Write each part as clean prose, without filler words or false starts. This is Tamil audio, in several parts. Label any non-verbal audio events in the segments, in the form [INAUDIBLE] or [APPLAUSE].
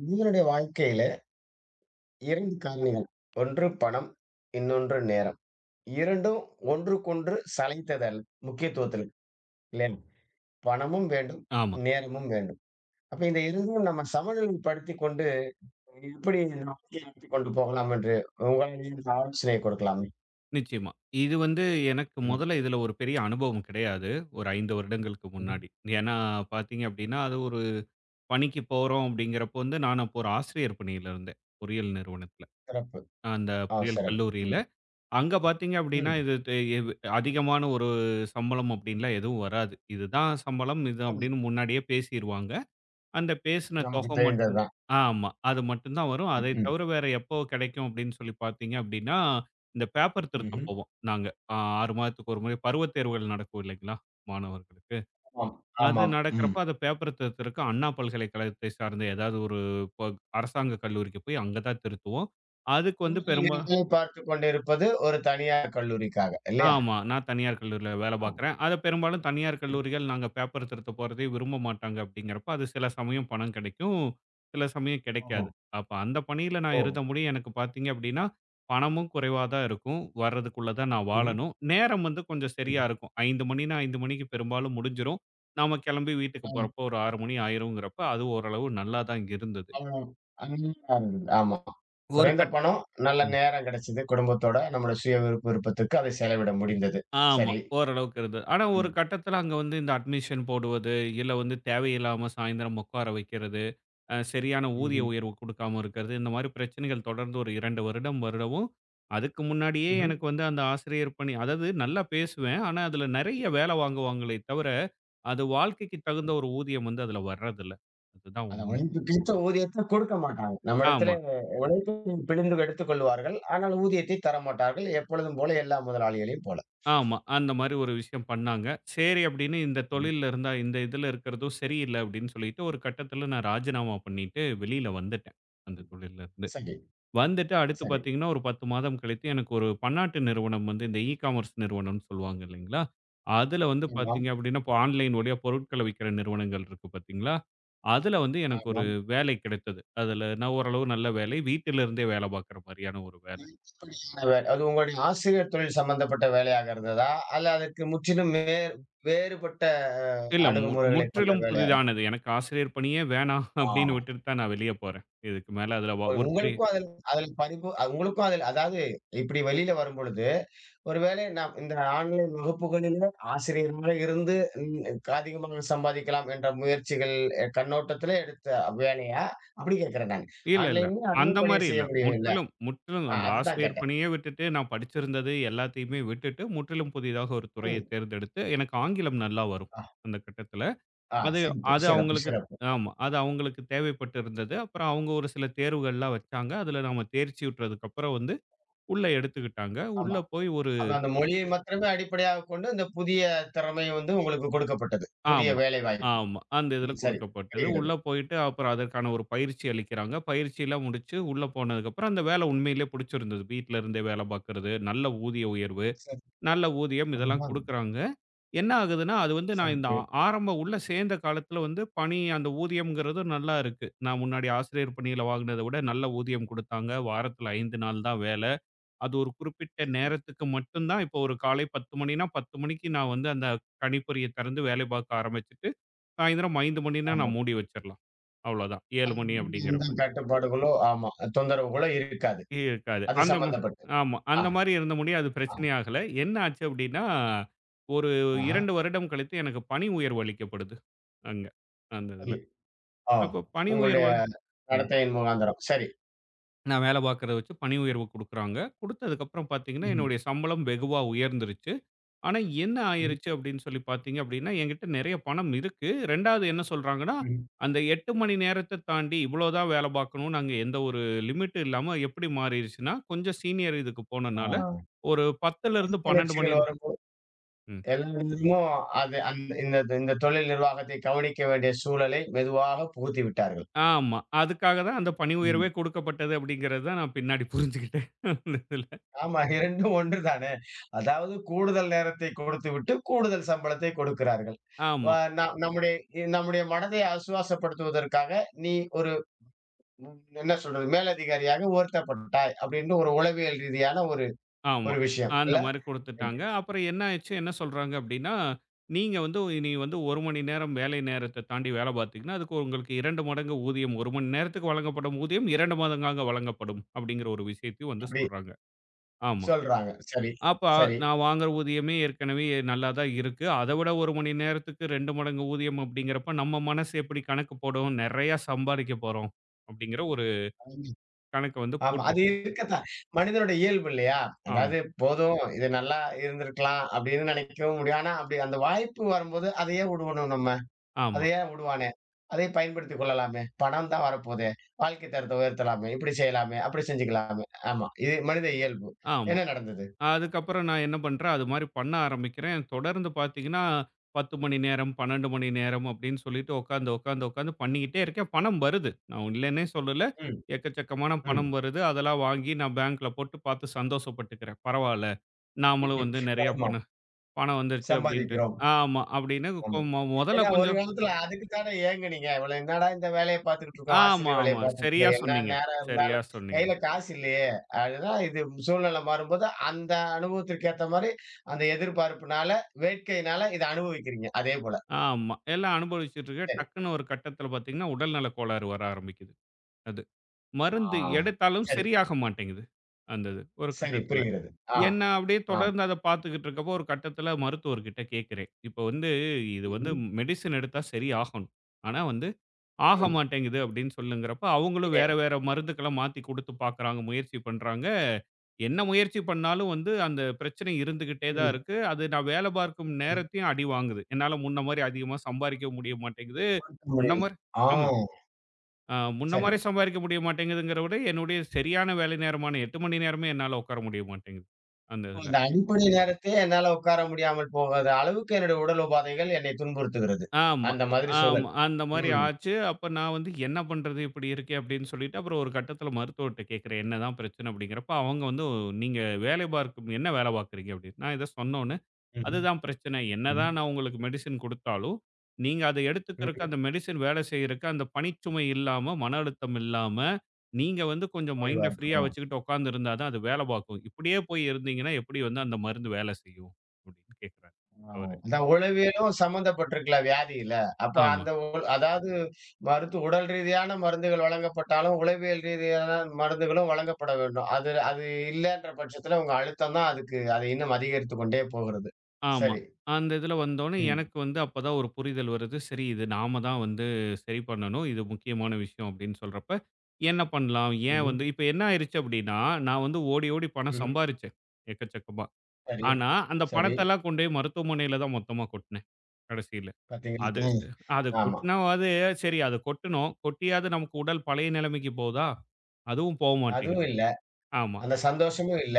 உங்களுடைய வாழ்க்கையில 2 காரணிகள். ஒன்று பணம், இன்னொன்று நேரம். இரண்டும் ஒன்றுக்கொன்று சளைத்ததல் முக்கியத்துவத்தில. இல்லையா? பணமும் வேண்டும், ஆமா. நேரமும் வேண்டும். அப்ப இந்த 2யும் நம்ம சமநிலைப்படுத்திக் கொண்டு எப்படி இந்த வாழ்க்கையை நடத்திக் கொண்டு போகலாம் என்று உங்களாலேயே ஆலோசனை கொடுக்கலாமே! நிச்சயமா. இது வந்து எனக்கு ம். முதல்ல இதுல ஒரு பெரிய அனுபவம் கிடையாது. ஒரு 5 வருடங்களுக்கு ம்ஹ்ம். முன்னாடி. ஏன்னா பார்த்தீங்க அப்டின்னா, அது ஒரு பணிக்கு போறோம் அப்டிங்கிறப்போ வந்து நான் அப்போ ஒரு ஆசிரியர் பணியில இருந்தேன். பொறியியல் நிறுவனத்துல. சிறப்பு. அந்த ஆ பொறியியல் சிறப்பு. கல்லூரியில. ம். அங்க பார்த்தீங்க அப்டின்னா, ம். இது து எவ் அதிகமான ஒரு சம்பளம் அப்டின்லாம் எதுவும் வராது. இதுதான் சம்பளம் இது ஆமா. அப்டின்னு முன்னாடியே பேசிருவாங்க. அந்த பேசின நமக்கு தொகை தெரிந்தது மட்டும் தான். ஆமா. அது மட்டும் தான் வரும். அதை ம். தவிர வேற எப்போ கிடைக்கும் அப்படின்னு சொல்லி பார்த்தீங்க அப்படின்னா, இந்த பேப்பர் திருத்த ம்ஹ்ம். போவோம் நாங்க. அ 6 மாதத்துக்கு ஒரு முறை பருவத் தேர்வுகள் நடக்கும் இல்லைங்களா? மாணவர்களுக்கு. ஆமாம், அது ஆமாம். ம். நடக்கிறப்ப அந்த பேப்பர் திருத்தறக்கு அண்ணா பல்கலைக்கழகத்தை சார்ந்த ஏதாவது ஒரு ப அரசாங்க கல்லூரிக்கு போய் அங்க தான் திருத்துவோம். அதுக்கு வந்து நீங்க பெரும்பா வேலை பார்த்துக் கொண்டிருப்பது ஒரு தனியார் கல்லூரிக்காக இல்லையா? ஆமா. நான் தனியார் கல்லூரியில வேலை ஆம். பார்க்குறேன். அத பெரும்பாலும் தனியார் கல்லூரிகள் நாங்க பேப்பர் திருத்த போறதே விரும்ப மாட்டாங்க அப்படிங்கிறப்ப, அது சில சமயம் பணம் கிடைக்கும், சில சமயம் ஓஹோ! கிடைக்காது. அப்ப அந்த பணியில நான் ஓஹோ! இருந்த முடியும் எனக்கு பார்த்தீங்க அப்படின்னா, பணமும் குறைவா தான் இருக்கும். வர்றதுக்குள்ள தான் நான் ம்ஹ்ம். வாழணும். நேரம் வந்து கொஞ்சம் சரியா ம்ஹ்ம். இருக்கும். 5 மணின்னா 5 மணிக்கு பெரும்பாலும் முடிஞ்சிரும். நாம கிளம்பி வீட்டுக்கு ஆமா. போறப்போ ஒரு 6 மணி ஆயிருங்கிறப்ப, அது ஓரளவு நல்லா தான் இருந்தது. அவ்ளோ [UNINTELLIGIBLE] அருமையா இருந்தது. ஆமா. ஒரு குறைந்த கட் பணம், நல்ல நேரம் கிடைச்சது. குடும்பத்தோட நம்முடைய சுய விருப்பத்துக்கு அதை செலவிட முடிந்தது. ஆமா. சரி. ஓரளவுக்கு இருந்தது. ஆனா ஒரு ம். கட்டத்துல அங்க வந்து இந்த அட்மிஷன் போடுவது, இல்ல வந்து தேவையில்லாம சாயந்திரம் உட்கார வைக்கிறது, சரியான ஊதிய ம்ஹ்ம். உயர்வு குடுக்காம இருக்கிறது, இந்த மாரி பிரச்சனைகள் தொடர்ந்து ஒரு 2 வருடம் வருடவும், அதுக்கு முன்னாடியே ம்ஹ்ம். எனக்கு வந்து அந்த ஆசிரியர் பணி அதாவது நல்லா பேசுவேன். ஆனா அதுல நெறைய வேல வாங்குவாங்களே தவிர, அது வாழ்க்கைக்கு தகுந்த ஒரு ஊதியம் வந்து அதுல வர்றதில்ல. அதுதான் அந்த உண்ம. உழைப்புக்கேத்த ஊதியத்த குடுக்க மாட்டாங்க. ஆமா, நம்மிடத்திலே உழைப்பை பிழிந்து எடுத்துக் கொள்வார்கள். ஆனால் ஊதியத்தை தரமாட்டார்கள். எப்பொழுதும் போல எல்லா முதலாளிகளையும் போல. ஆமா. அந்த மாரி ஒரு விஷயம் பண்ணாங்க. சரி அப்படின்னு இந்த ம். தொழில்ல இருந்தா இந்த இதுல இருக்கிறதும் சரியில்ல அப்படின்னு சொல்லிட்டு, ஒரு கட்டத்துல நான் ராஜினாமா பண்ணிட்டு வெளியில வந்துட்டேன். அந்த ம். தொழில்ல இருந்து. சரி, வந்துட்டு அடுத்து சரி. பார்த்தீங்கன்னா, ஒரு 10 மாதம் கழித்து எனக்கு ஒரு பன்னாட்டு நிறுவனம் வந்து இந்த இ காமர்ஸ் நிறுவனம்னு சொல்லுவாங்க இல்லைங்களா? அதுல ஆமா. வந்து ஆமாம், பார்த்தீங்க அப்படின்னா, இப்போ ஆன்லைன் வழியா பொருட்கள விக்கிற நிறுவனங்கள் இருக்கு பார்த்தீங்களா? அதுல வந்து எனக்கு ஒரு ஆமாம். வேலை கிடைத்தது. அதுல நான் ஓரளவு நல்ல வேலை. வீட்டிலிருந்தே வேலை பார்க்குற மாரியான ஒரு வேலை. படிச்சீங்கன்னா அது உங்களுடைய ஆசிரியர் தொழில் சம்பந்தப்பட்ட வேலையாக இருந்ததா? அல்ல அதற்கு முற்றிலும் வேறுபட்ட அ இல்ல. அணுகுமுறைகளை கொண்ட முற்றிலும் வேலையா? புதிதானது. எனக்கு ஆசிரியர் பணியே வேணாம் ஆ. [LAUGHS] அப்படின்னு விட்டுட்டு தான் நான் வெளிய போறேன். இதுக்கு மேல அதுல ஒ- ஒரு பெரிய உங்களுக்கும் அதில் அதில் பரிபு அ- உங்களுக்கும் அதில் அதாவது இப்படி வெளியில வரும்பொழுது, ஒருவேளை நாம் இந்த ஆன்லைன் வகுப்புகளிலே ஆசிரியராக இருந்து அதிகமாக சம்பாதிக்கலாம் என்ற முயற்சிகள் கண்ணோட்டத்திலே எடுத்த வேலையா? அப்படி கேட்கிறேன் நான். இல்ல, இல்ல. ஆன்லைன்லயும் அதே அந்த பணிய மாரி செய்ய இல்ல. முடியும்ல? முற்றிலும், முற்றிலும் ஆ அந்த அதுதான் ஆசிரியர் கேட்டேன். பணியே விட்டுட்டு, நான் படிச்சிருந்தது எல்லாத்தையுமே விட்டுட்டு, முற்றிலும் புதிதாக ஒரு துறையை ம். தேர்ந்தெடுத்து, எனக்கு ஆங்கிலம் நல்லா வரும். ஆ, அந்த கட்டத்துல. ஆ அது சிறப்பு, அது சிறப்பு, அவங்களுக்கு சிறப்பு. ஆமா. அது அவங்களுக்கு தேவைப்பட்டிருந்தது. அப்புறம் அவங்க ஒரு சில தேர்வுகள்லாம் வச்சாங்க. அதுல நம்ம தேர்ச்சியுற்றதுக்கு அப்புறம் வந்து உள்ள எடுத்துக்கிட்டாங்க. உள்ள ஆமா. போய் அதான் அந்த மொழியை மாத்திரமே அடிப்படையாகக் கொண்டு, இந்த புதிய திறமை வந்து உங்களுக்குக் கொடுக்கப்பட்டது. புதிய ஆமா, வேலை வாய்ப்பு. ஆமா. அந்த இதுல ம் சரி. குடுக்கப்பட்டது. புரிகிறது. உள்ள போயிட்டு அப்புறம் அதற்கான ஒரு பயிற்சி அளிக்கிறாங்க. பயிற்சிலாம் முடிச்சு உள்ள போனதுக்கப்புறம் அந்த வேலை உண்மையிலே புடிச்சிருந்தது. வீட்ல இருந்தே வேலை பார்க்கிறது, நல்ல ஊதிய உயர்வு, சரி. நல்ல ஊதியம் இதெல்லாம் அதுதான் குடுக்குறாங்க. என்ன ஆகுதுன்னா, அது வந்து நான் இந்த சிறப்பு. ஆரம்ப உள்ள சேர்ந்த காலத்துல வந்து பணி அந்த ஊதியம்ங்கிறது நல்லா இருக்கு. நான் முன்னாடி ஆசிரியர் பணியில வாங்குனத விட நல்ல ஊதியம் குடுத்தாங்க. வாரத்துல 5 நாள் தான் வேலை. அது ஒரு குறிப்பிட்ட நேரத்துக்கு மட்டும் தான் இப்போ ஒரு காலை 10 மணினா 10 மணிக்கு நான் வந்து அந்த கணிப்பொறிய திறந்து வேலை பார்க்க ஆரம்பிச்சுட்டு சாயந்தரம் 5 மணின்னா ஆமா. நான் மூடி வச்சிரலாம். அவ்வளோதான். 7 மணி அதுக்கு எந்த அப்படிங்கிறப்ப. கட்டுப்பாடுகளோ ஆமா. தொந்தரவுகளோ இருக்காது. இருக்காது. அது அந்த மாரி சம்பந்தப்பட்டு. ஆமா. ஆ, அந்த மாரி இருந்த முடியும். அது ஆ, பிரச்சனையாகல. என்ன ஆச்சு அப்படின்னா, ஒரு ஆஹா. 2 வருடம் கழித்து எனக்கு பணி உயர்வு அளிக்கப்படுது. அங்க. அந்த சரி. இதுல. ஓ! அப்போ பணி உங்களுடைய உயர்வு ம். நடத்தையின் முகாந்தரம். சரி. நான் வேலை பார்க்கிறத வச்சு பணி உயர்வு குடுக்குறாங்க. குடுத்ததுக்கப்புறம் பார்த்தீங்கன்னா, ம்ஹ்ம். என்னுடைய சம்பளம் வெகுவா உயர்ந்துருச்சு. ஆனா, என்ன ம்ஹ்ம். ஆயிருச்சு அப்படின்னு சொல்லி பார்த்தீங்க அப்படின்னா, என்கிட்ட நெறைய பணம் இருக்கு. 2வது என்ன சொல்றாங்கன்னா, ம். அந்த 8 மணி நேரத்த தாண்டி இவ்வளோ தான் வேலை பார்க்கணும்னு அங்க எந்த ஒரு லிமிட்டும் இல்லாம எப்படி மாறிருச்சுன்னா, கொஞ்சம் சீனியர் இதுக்கு ஆ. போனனால, ஒரு 10லிருந்து 12 மணி பொறுப்புணர்ச்சிகள் நே வரும்போது ம். எல்லா நேரமும் அது அந்த இந்த இந்த தொழில் நிர்வாகத்தைக் கவனிக்க வேண்டிய சூழலை மெதுவாகப் புகுத்தி விட்டார்கள். ஆமா. அதுக்காக தான் அந்த பணி உயர்வே ம். குடுக்கப்பட்டது அப்படிங்கிறது தான் நான் பின்னாடி புரிஞ்சுகிட்டேன். அந்த இதுல. ஆமா 2ம் ஒன்று தானே. அதாவது கூடுதல் நேரத்தை கொடுத்துவிட்டு, கூடுதல் சம்பளத்தை கொடுக்கிறார்கள். வ ஆமா, ந நம்முடைய நம்முடைய மனதை ஆசுவாசப்படுத்துவதற்காக, நீ ஒரு ம் என்ன சொல்றது? மேலதிகாரியாக உயர்த்தப்பட்டாய் அப்படின்னு ஒரு உளவியல் ரீதியான ஒரு ஆமா. ஒரு விஷயம் அந்த இல்ல? மாரி குடுத்துட்டாங்க. அப்புறம் என்ன ஆயிடுச்சு, என்ன சொல்றாங்க அப்டின்னா, நீங்க வந்து இனி வந்து 1 மணி நேரம் வேலை நேரத்த தாண்டி வேல பார்த்தீங்கன்னா, அதுக்கு உங்களுக்கு 2 மடங்கு ஊதியம் 1 மணி நேரத்துக்கு வழங்கப்படும் ஊதியம் 2 மடங்காக வழங்கப்படும் அப்டிங்கிற ஒரு விஷயத்தையும் வந்து அப்படி சொல்றாங்க. ஆமா. சொல்றாங்க. சரி, அப்ப சரி. நான் வாங்குற ஊதியமே ஏற்கனவே நல்லா தான் இருக்கு. அத விட 1 மணி நேரத்துக்கு 2 மடங்கு ஊதியம் அப்டிங்கிறப்ப நம்ம மனசு எப்படி கணக்கு போடும்? நெறையா சம்பாரிக்க போறோம் அப்டிங்கிற ஒரு கணக்க வந்து ஆமா. அது போட்டுருச்சு. இருக்கத்தான். மனிதனுடைய இயல்பு இல்லையா? ஆமா, அதாவது போதும் இது நல்லா இருந்திருக்கலாம் அப்படின்னு நினைக்கவும் முடியும். ஆனா அப்படி அந்த வாய்ப்பு வரும்போது அதையே விடுவோணும் நம்ம. அதை ஆமா, ஏன் விடுவானே? அதை பயன்படுத்திக் கொள்ளலாமே! பணம் தான் வரப்போதே! வாழ்க்கை தரத்தை உயர்த்தலாமே! இப்படி செய்யலாமே! அப்படி செஞ்சுக்கலாமே! ஆமா. இது மனித இயல்பு. ஆமா. என்ன நடந்தது? அதுக்கப்புறம் நான் என்ன பண்றேன், அது மாரி பண்ண ஆரம்பிக்கிறேன். தொடர்ந்து பார்த்தீங்கன்னா, 10 மணி நேரம், 12 மணி நேரம் அப்படின்னு சொல்லிட்டு உட்காந்து, உட்காந்து, உட்காந்து பண்ணிக்கிட்டே இருக்கேன். பணம் வருது. நான் இல்லன்னே சொல்லல. ம், எக்கச்சக்கமான பணம் ம். வருது. அதெல்லாம் வாங்கி நான் பேங்க்ல போட்டு பார்த்து சந்தோஷப்பட்டுக்கிறேன். பரவால்ல. நாமளும் வந்து நெறைய ஆமா. பணம் பணம் வந்துருச்சு அப்படின்ட்டு. சம்பாதிக்கிறோம். ஆமா. அப்படின்னு ஆமா. கொ- மொ மொதல்ல ஏன்னா ஒரு கொஞ்சம் காலத்துல அதுக்கு தானே ஏங்குனீங்க. இவ்வளவு என்னடா இந்த வேலைய பார்த்துக்கிட்டு இருக்கோம். ஆமா, ஆசிரியர் வேலைய ஆமா. பார்த்துட்டு சரியா இருக்கோம். என்ன சொன்னீங்க. நேரம் சரியா இருந்தாலும் சொன்னீங்க. கையில காசு இல்லையே! அதுதான் இது சூழ்நிலை மாறும்போது அந்த அனுபவத்திற்கு ஏத்த மாரி அந்த எதிர்பார்ப்புனால, வேட்கையினால இத அனுபவிக்கிறீங்க. அதே போல. ஆமா. எல்லாம் அனுபவிச்சுட்டு இருக்கேன். சரி. டக்குன்னு ஒரு கட்டத்தில பார்த்தீங்கன்னா, உடல்நல கோளாறு வர ஆரம்பிக்குது. அது. ஆ. மருந்து எடுத்தாலும் சரி. சரியாக மாட்டேங்குது. அந்த இது. ஒரு சரி, கட்டத்துல. புரிகிறது. ஆ, என்ன அப்படியே ஆம். தொடர்ந்து அத பார்த்துக்கிட்டு இருக்கப்போ, ஒரு கட்டத்துல மருத்துவர்கிட்ட கேட்கிறேன். இப்ப வந்து இது வந்து ம்ஹ்ம். மெடிசின் எடுத்தா சரியாகணும். ஆனா வந்து ஆக ம். மாட்டேங்குது அப்படின்னு சொல்லுங்கிறப்ப, அவங்களும் வேற ஏன்? வேற மருந்துக்கள மாத்தி குடுத்து பார்க்குறாங்க, முயற்சி பண்றாங்க. என்ன முயற்சி பண்ணாலும் வந்து அந்த பிரச்சனை இருந்துகிட்டே தான் ம். இருக்கு. அது நான் வேலை பார்க்கும் சரி. நேரத்தையும் அடி வாங்குது. என்னால முன்ன மாரி அதிகமா சம்பாரிக்கவும் முடிய மாட்டேங்குது. தூக்க முன்ன முடியல. மாரி ஆ, ஆமா. முன்ன சரி. மாரி சம்பாரிக்க முடிய மாட்டேங்குதுங்கிறத விட, என்னுடைய சரியான வேலை நேரமான 8 மணி நேரமே என்னால உட்கார முடிய மாட்டேங்குது. அந்த இப்போ இதுல. அந்த அடிப்படை நேரத்திலே என்னால உட்கார முடியாமல் போகாத அளவுக்கு என்னுடைய உடல் உபாதைகள் என்னை துன்புறுத்துகிறது. ஆமா, அந்த மாதிரி ஆமா. சூழல். அந்த மாரி ம். ஆச்சு. அப்ப நான் வந்து என்ன பண்றது? இப்படி இருக்கே அப்படின்னு சொல்லிட்டு, அப்புறம் ஒரு கட்டத்தில மருத்துவர்ட்ட கேட்கிறேன். என்னதான் பிரச்சனை அப்படிங்கிறப்ப, அவங்க வந்து "நீங்க வேலை பார்க்கும் என்ன வேலை பார்க்குறீங்க?" அப்படின்னு. நான் இத சொன்னோனே ம்ஹ்ம். அதுதான் பிரச்சனை. என்னதான் ம்ஹ்ம். நான் உங்களுக்கு மெடிசின் குடுத்தாலும், நீங்க அத எடுத்துக்கறக்கு, ம்ஹ்ம். அந்த மெடிசின் வேலை செய்யறக்கு, அந்த பணிச்சுமை இல்லாம, மன அழுத்தம் இல்லாம, நீங்க வந்து கொஞ்சம் ஓய்வா மைண்ட ஃப்ரீயா இருக்கணும். வச்சுக்கிட்டு உட்கார்ந்து இருந்தா தான் அது வேலை பார்க்கும். இப்படியே போய் இருந்தீங்கன்னா, எப்படி வந்து அந்த மருந்து வேலை செய்யும்? அப்படின்னு கேட்கறாரு ஆ. அவரு. அதான் உளவியலும் சம்மந்தப்பட்டிருக்குல்ல வியாதியில. அப்ப ஆமா, அந்த அதாவது உடல் ரீதியான மருந்துகள் வழங்கப்பட்டாலும், உளவியல் ரீதியான மருந்துகளும் வழங்கப்பட வேண்டும். அது அது இல்லன்ற பட்சத்துல உங்க அழுத்தம் தான் அதுக்கு அதை இன்னும் அதிகரித்துக் கொண்டே போகிறது. ஆமா. சரி. அந்த இதுல வந்தோனே ம். எனக்கு வந்து அப்பதான் ஒரு புரிதல் வருது. சரி இது நாம தான் வந்து சரி பண்ணணும். இது முக்கியமான விஷயம் அப்படின்னு சொல்றப்ப, என்ன பண்ணலாம்? ஏன் ம்ஹ்ம். வந்து இப்ப என்ன ஆயிருச்சு அப்படின்னா, நான் வந்து ஓடி ஓடி பணம் ம்ஹ்ம். சம்பாரிச்சேன். எக்கச்சக்கமா. சரி, ஆனா, அந்த சரி. பணத்தெல்லாம் கொண்டு போய் மருத்துவமனையில தான் மொத்தமா கொட்டுனேன், கடைசியில. பார்த்தீங்களா? அது ம். அது ஆமா. கொட்டுனாவாது சரி அது கொட்டணும். கொட்டியாவது நமக்கு உடல் பழைய நிலைமைக்கு போதா? அதுவும் போ மாட்டேங்குது. அதுவும் இல்ல. ஆமா, அந்த சந்தோஷமும் இல்ல.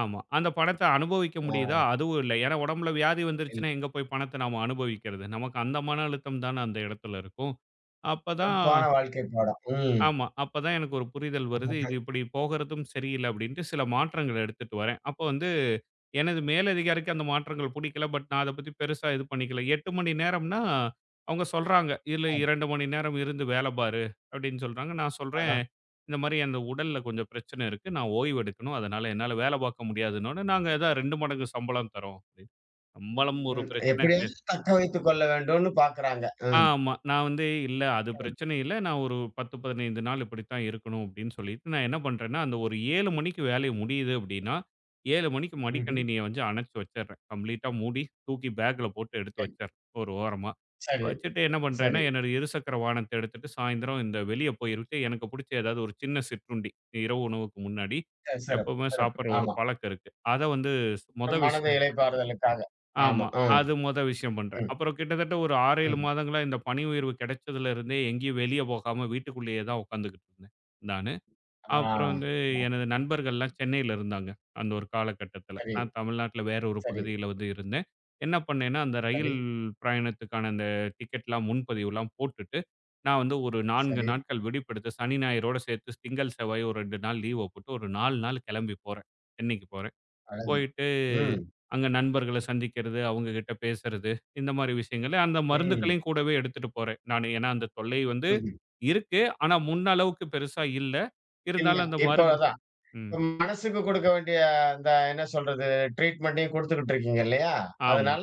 ஆமா. அந்த பணத்த அனுபவிக்க ஆ முடியுதா? அதுவும் இல்ல. ஏன்னா உடம்புல வியாதி இல் வந்துருச்சுன்னா, எங்க போய் பணத்த நாம அனுபவிக்கிறது? நமக்கு அந்த மன அழுத்தம் தான அந்த இடத்துல இருக்கும். அப்பதான் சிறப்பான வாழ்க்கை பாடம். ம். ஆமா. அப்பதான் எனக்கு ஒரு புரிதல் வருது. ஆஹா. இது இப்படி போகறதும் சரியில்ல அப்படின்ட்டு சில மாற்றங்கள் எடுத்துட்டு வரேன். அப்ப வந்து எனது மேலதிகாரிக்கு அந்த மாற்றங்கள் புடிக்கல. பட் நான் அத பத்தி பெருசா இது பண்ணிக்கல. 8 மணி நேரம்னா, அவங்க சொல்றாங்க, "இதுல 2 மணி நேரம் இருந்து வேல பாரு" அப்படின்னு சொல்றாங்க. நான் சொல்றேன், ஆஹா. "இந்த மாரி அந்த உடல்ல கொஞ்சம் பிரச்சனை இருக்கு. நான் ஓய்வு எடுக்கணும். அதனால என்னால வேல பாக்க முடியாதுன்னோனே, நாங்க அதான் 2 மடங்கு சம்பளம் தர்றோம்" அப்படின்னு. சம்பளம் ஒரு ம். பிரச்சனை எப்படியாவது தக்க வைத்துக் கொள்ள வேண்டும்னு பார்க்குறாங்க. ம். ஆமா. நான் வந்து இல்ல அது ம். பிரச்சனை இல்ல. நான் ஒரு 10, 15 நாள் இப்படித்தான் இருக்கணும் அப்படின்னு சொல்லிட்டு, நான் என்ன பண்றேன்னா, அந்த ஒரு 7 மணிக்கு வேலை முடியுது அப்படின்னா, 7 மணிக்கு ம்ஹ்ம். மடிக்கணினிய வந்து அணைச்சு வச்சுடுறேன். கம்ப்ளீட்டா மூடி, தூக்கி பேக்ல போட்டு எடுத்து சரி, வச்சுடுறேன், ஒரு ஓரமா. சரி, வச்சுட்டு என்ன பண்றேன்னா, சரி. என்னோட இருசக்கர வாகனத்த எடுத்துட்டு சாயந்தரம் இந்த வெளிய போயிட்டு, எனக்கு பிடிச்ச ஏதாவது ஒரு சின்ன சிற்றுண்டி, இரவு உணவுக்கு முன்னாடி சிறப்பு, எப்பவுமே சிறப்பு. சாப்பிடுற ஒரு ஆமா. பழக்கம் இருக்கு. அத வந்து மொத விஷ மனத இளைப்பாறுதலுக்காக. ஆமா. ஆமா. ம், அது மொத விஷயம் பண்றேன். ம், அப்புறம் கிட்டத்தட்ட ஒரு 6, 7 ம். மாதங்களா இந்த பணி உயர்வு கிடைச்சதுல இருந்தே எங்கேயும் வெளிய போகாம வீட்டுக்குள்ளேயே தான் உட்காந்துக்கிட்டு இருந்தேன் நானு. ஆ. அப்புறம் வந்து ஆ. எனது நண்பர்கள்லாம் சென்னையில இருந்தாங்க. அந்த ஒரு காலகட்டத்தில. சரி, நான் தமிழ்நாட்ல வேற ஒரு சரி, பகுதியில வந்து இருந்தேன். என்ன பண்ணேன்னா, அந்த சரி, ரயில் பிரயாணத்துக்கான அந்த டிக்கெட்லாம் முன்பதிவுலாம் போட்டுட்டு, நான் வந்து ஒரு 4 சரி. நாட்கள் விடுப்பெடுத்து சனி, ஞாயிறோட சேர்த்து திங்கள், செவ்வாய் ஒரு 2 நாள் லீவ போட்டு ஒரு 4 நாள் கிளம்பி போறேன். சென்னைக்கு போறேன். அழகு. போயிட்டு ம், அங்க நண்பர்கள சந்திக்கிறது, அவங்க கிட்ட பேசுறது, இந்த மாரி விஷயங்கள். அந்த ம், மருந்துகளையும் கூடவே எடுத்துட்டு போறேன். நானு ஏன்னா அந்த தொல்லை வந்து ம். இருக்கு. ஆனா முன்ன அளவுக்கு பெருசா இல்ல. இல்ல. இருந்தாலும் அந்த இப்போ மருந்து அதான். ம். இப்ப மனசுக்கு கொடுக்க வேண்டிய அந்த என்ன சொல்றது, ட்ரீட்மெண்ட்டையும் குடுத்துக்கிட்டு இருக்கீங்க இல்லையா? ஆமா, அதனால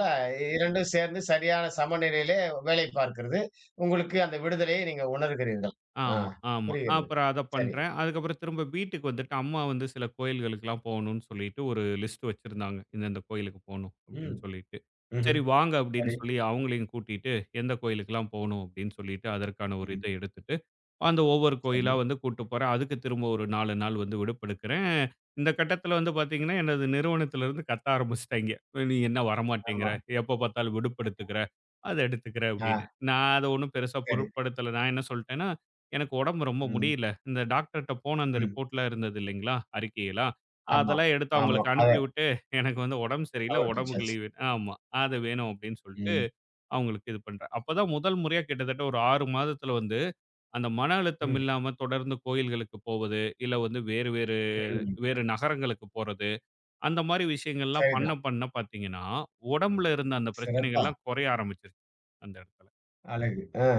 2ம் சேர்ந்து சரியான சமநிலையிலே வேலை பார்க்கிறது. உங்களுக்கு அந்த விடுதலையை நீங்க உணர்கிறீர்கள். ஆ. ஆமா. ஆமா. புரிகிறது. அப்புறம் அத சரி. பண்றேன். அதுக்கப்புறம் திரும்ப வீட்டுக்கு வந்துட்டு அம்மா வந்து சில கோயில்களுக்குலாம் போகணும்னு சொல்லிட்டு ஒரு லிஸ்ட் வச்சிருந்தாங்க. இந்தந்த கோயிலுக்கு போணும் அப்படின்னு ம். சொல்லிட்டு. ம்ஹ்ம். சரி வாங்க அப்படின்னு சரி. சொல்லி அவங்களையும் கூட்டிட்டு எந்த கோயிலுக்குலாம் போணும் அப்படின்னு சொல்லிட்டு அதற்கான ஒரு ம்ஹ்ம். இத எடுத்துட்டு, அந்த ஒவ்வொரு கோயிலா சரி. வந்து கூட்டு போறேன். அதுக்கு திரும்ப ஒரு 4 நாள் வந்து விடுப்பெடுக்கிறேன். இந்த கட்டத்தில வந்து பார்த்தீங்கன்னா, எனது நிறுவனத்திலிருந்து கத்த ஆரம்பிச்சுட்டாய்ங்க. "நீ என்ன வரமாட்டேங்கிற? ஆமா. எப்ப பார்த்தாலும் விடுப்பு எடுத்துக்கிற, அத எடுத்துக்கிற" ஆ அப்படின்னு. நான் அத ஒண்ணும் பெருசா சரி. பொருட்படுத்தல. நான் என்ன சொல்ட்டேன்னா, எனக்கு உடம்பு ரொம்ப ம். முடியல. இந்த டாக்டர்ட்ட போன அந்த ம். ரிப்போர்ட்லாம் இருந்தது இல்லைங்களா? அறிக்கையெல்லாம். ஆமா, அதெல்லாம் எடுத்து ஆமா. அவங்களுக்கு அத அனுப்பிவிட்டு, எனக்கு வந்து உடம்பு சரியில்ல. கவர் உடம்புக்கு பிச்சாச்சு. லீவு ஆமா. அது வேணும் அப்படின்னு சொல்லிட்டு ம். அவங்களுக்கு இது பண்றேன். அப்பதான் முதல் முறையா கிட்டத்தட்ட ஒரு 6 மாதத்துல வந்து, அந்த மன அழுத்தம் ம். இல்லாம தொடர்ந்து கோயில்களுக்கு போவது, இல்ல வந்து வேறு வேறு ம். வேறு நகரங்களுக்கு போறது, அந்த மாரி விஷயங்கள்லாம் பண்ண சரிதான். பண்ண பார்த்தீங்கன்னா, உடம்புல இருந்த அந்த சிறப்பா! பிரச்சனைகள்லாம் குறைய ஆரம்பிச்சுருச்சு. அந்த இடத்துல. அழகு. ஆ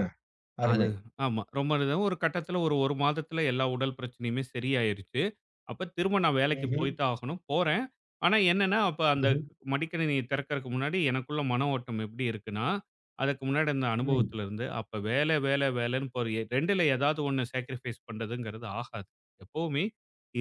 அது அருமை. ஆமா. ரொம்ப இது ஒரு கட்டத்தில ஒரு 1 மாதத்தில எல்லா உடல் பிரச்சனையுமே சரியாயிருச்சு. அப்ப திரும்ப நான் வேலைக்கு ம்ஹ்ம். போய் தான் ஆகணும். போறேன். ஆனா என்னன்னா, அப்ப அந்த ம்ஹ்ம். மடிக்கணினிய திறக்கறக்கு முன்னாடி எனக்குள்ள மன ஓட்டம் எப்படி இருக்குன்னா, அதுக்கு முன்னாடி அந்த ம். அனுபவத்தில இருந்து, அப்ப வேலை, வேலை, வேலைன்னு போற 2ல ஏதாவது ஒண்ணு சாக்ரிஃபைஸ் பண்றதுங்கிறது ஆகாது. எப்பவுமே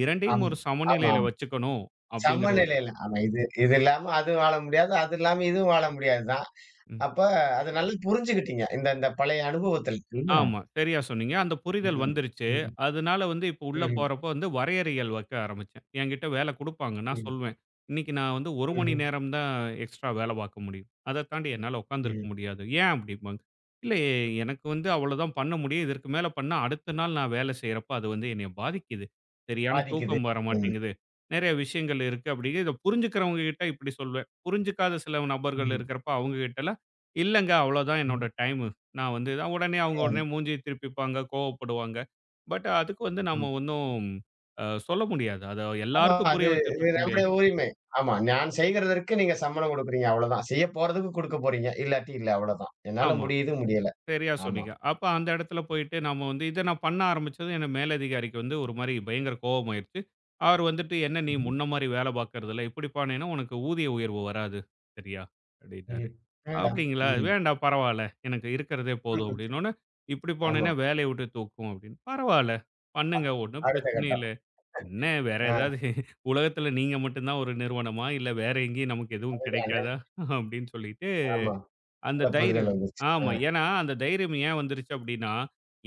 2யும் ஆமா, ஒரு ஆமா, சமநிலையில ஆமா. வச்சுக்கணும் அப்படிங்கிற ஒரு சமநிலையில ஆமா. இது இது இல்லாம அதுவும் வாழ முடியாது. அது இல்லாம இதுவும் வாழ முடியாது தான். ம். அப்ப அத நல்லா புரிஞ்சுகிட்டீங்க. இந்த இந்த பழைய அனுபவத்தில் இல்ல. ஆமா. சரியா சொன்னீங்க. அந்த ம். புரிதல் ம். வந்துருச்சு. ம். அதனால வந்து இப்ப உள்ள ம். போறப்போ வந்து வரையறைகள் வைக்க ஆரம்பிச்சேன். என்கிட்ட வேலை குடுப்பாங்க. நான் ம். சொல்வேன். இன்னைக்கு நான் வந்து 1 மணி ம்ஹ்ம். நேரம் தான் எக்ஸ்ட்ரா வேலை பார்க்க முடியும். அத தாண்டி என்னால உட்கார்ந்திருக்க ம். முடியாது. ஏன் அப்படிம்பாங்க. இல்ல எனக்கு வந்து அவ்வளோதான் பண்ண முடியும். இதற்கு மேல பண்ணா அடுத்த நாள் நான் வேலை செய்றப்ப அது வந்து என்னைய பாதிக்குது. சரியான பாதிக்குது. தூக்கம் வர ம். மாட்டேங்குது. நெறைய விஷயங்கள் இருக்கு அப்படிங்க. இத புரிஞ்சுக்கிறவங்க கிட்ட இப்படி சொல்வேன். புரிஞ்சுக்காத சில நபர்கள் ம். இருக்கிறப்ப அவங்க கிட்டலாம் இல்லங்க அவ்வளோதான் என்னோட ம். டைம் நான் வந்து தான் உடனே அவங்க அதாவது உடனே மூஞ்சிய திருப்பிப்பாங்க, கோவப்படுவாங்க. பட் அதுக்கு வந்து நம்ம ஒண்ணும் சொல்ல முடியாது. அத ஆமா. எல்லாருக்கும் புரிய அது வச்சுட்டு இது இருக்க முடியாது. நம்முடைய உரிமை. ஆமா. நான் செய்கிறதற்கு நீங்க சம்பளம் குடுக்குறீங்க அவ்வளதான். செய்ய போறதுக்கு குடுக்க போறீங்க. இல்லாட்டி இல்ல அவ்வளதான். என்னால ஆமா, முடியுது, முடியல. சரியா ஆமா. சொன்னீங்க. அப்ப அந்த இடத்துல போயிட்டு நம்ம வந்து இத நான் பண்ண ஆரம்பிச்சதும் என் மேலதிகாரிக்கு வந்து ஒரு மாரி பயங்கர கோவமாயிருச்சு. அவரு வந்துட்டு, "என்ன நீ ம்ஹ்ம். முன்ன மாரி வேல பார்க்கறதில்ல, இப்படி பண்ணீன்னா உனக்கு ஊதிய உயர்வு வராது. சரியா?" அப்படின்னாரு. ம். வேண்டாம். "அப்படிங்களா? ம். வேண்டாம் பரவால்ல. எனக்கு இருக்கிறதே போதும்." அப்படின்னோன, "இப்படி ஆமா. போனீன்னா வேலைய விட்டு தூக்கும்." அப்படின்னு. "பரவால்ல, அ பண்ணுங்க ஒண்ணும் அடுத்த பிரச்சனை கட்டம். இல்ல." என்ன வேற ஆ ஏதாவது உலகத்துல நீங்க மட்டும் தான் ஒரு நிறுவனமா? இல்ல வேற எங்கேயும் நமக்கு எதுவும் அதுதானே. கிடைக்காதா? அப்படின்னு சொல்லிட்டு ஆமா. அந்த நல்ல புரிதல் தைரியம் வந்துருச்சு. ஆ ஆமா. ஏன்னா அந்த தைரியம் ஏன் வந்துருச்சு அப்படின்னா,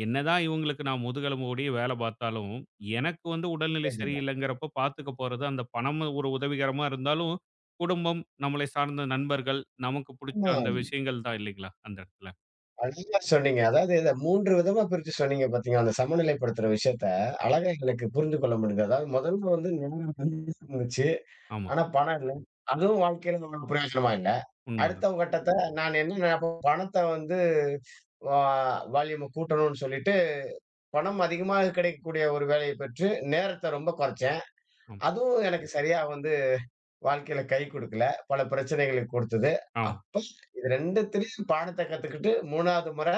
என்னதான் இவங்களுக்கு நான் முதுகெலும்பு ஊடி வேலை பார்த்தாலும், எனக்கு வந்து உடல்நிலை புரிஞ்சுது. சரியில்லைங்கிறப்ப பார்த்துக்க போறது அந்த பணம் ஒரு உதவிகரமா இருந்தாலும், குடும்பம், நம்மளை சார்ந்த நண்பர்கள், நமக்கு பிடிச்ச ஆமா. அந்த விஷயங்கள் தான் இல்லைங்களா? அந்த இடத்துல. அழகா சொன்னீங்க. அதாவது இத 3 விதமா பிரிச்சு சொன்னீங்க பாத்தீங்களா, அந்த சமநிலைப்படுத்துற விஷயத்த அழகா எங்களுக்கு புரிந்து கொள்ள முடிந்தது. அதாவது முதல்ல வந்து நேரம் இருந்துச்சு. ஆமா. ஆனா பணம் இல்ல. அதுவும் வாழ்க்கையில நமக்கு பிரயோஜனமா இல்ல. உண்மைதான். அடுத்த கட்டத்த நான் என்ன நினைப்பேன், பணத்த வந்து வா வால்யூம கூட்டணும்னு சொல்லிட்டு, பணம் அதிகமாக கிடைக்கக்கூடிய ஒரு வேலைய பெற்று, நேரத்த ரொம்ப குறைச்சேன். ஆமா, அதுவும் எனக்கு சரியா வந்து வாழ்க்கையில கை குடுக்கல. பல பிரச்சனைகளுக்கு கொடுத்தது. ஆமா. அப்ப இது 2த்துலயும் பாடத்த கத்துக்கிட்டு 3வது முறை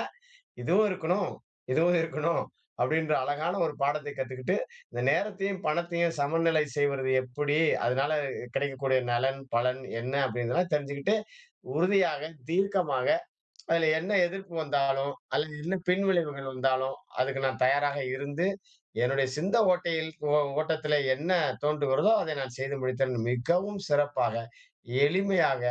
இதுவும் இருக்கணும், இதுவும் இருக்கணும். அப்படின்ற அழகான ஒரு பாடத்தை கத்துக்கிட்டு, இந்த நேரத்தையும், பணத்தையும் சமநிலை செய்வது எப்படி? அதனால கிடைக்கக்கூடிய நலன், பலன் என்ன? அப்படிங்கிறதெல்லாம் தெரிஞ்சுக்கிட்டு, உறுதியாக, தீர்க்கமாக அதுல என்ன எதிர்ப்பு வந்தாலும், அல்லது என்ன பின் விளைவுகள் வந்தாலும், அதுக்கு நான் தயாராக இருந்து, என்னுடைய சிந்த ஓட்டையில் ஓ ஓட்டத்திலே என்ன தோன்றுகிறதோ, அதை நான் செய்து முடித்தேன். மிகவும் சிறப்பாக, எளிமையாக,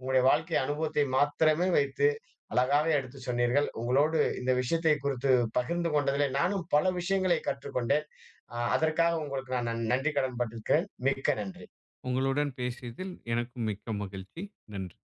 உங்களுடைய வாழ்க்கை அனுபவத்தை மாத்திரமே வைத்து, அழகாக எடுத்து சொன்னீர்கள். உங்களோடு இந்த விஷயத்தை குறித்து பகிர்ந்து கொண்டதிலே, நானும் பல விஷயங்களை கற்றுக்கொண்டேன். அதற்காக உங்களுக்கு நான் நன்றி கடன் பட்டிருக்கிறேன். மிக்க நன்றி. உங்களுடன் பேசியதில் எனக்கும் மிக்க மகிழ்ச்சி. நன்றி.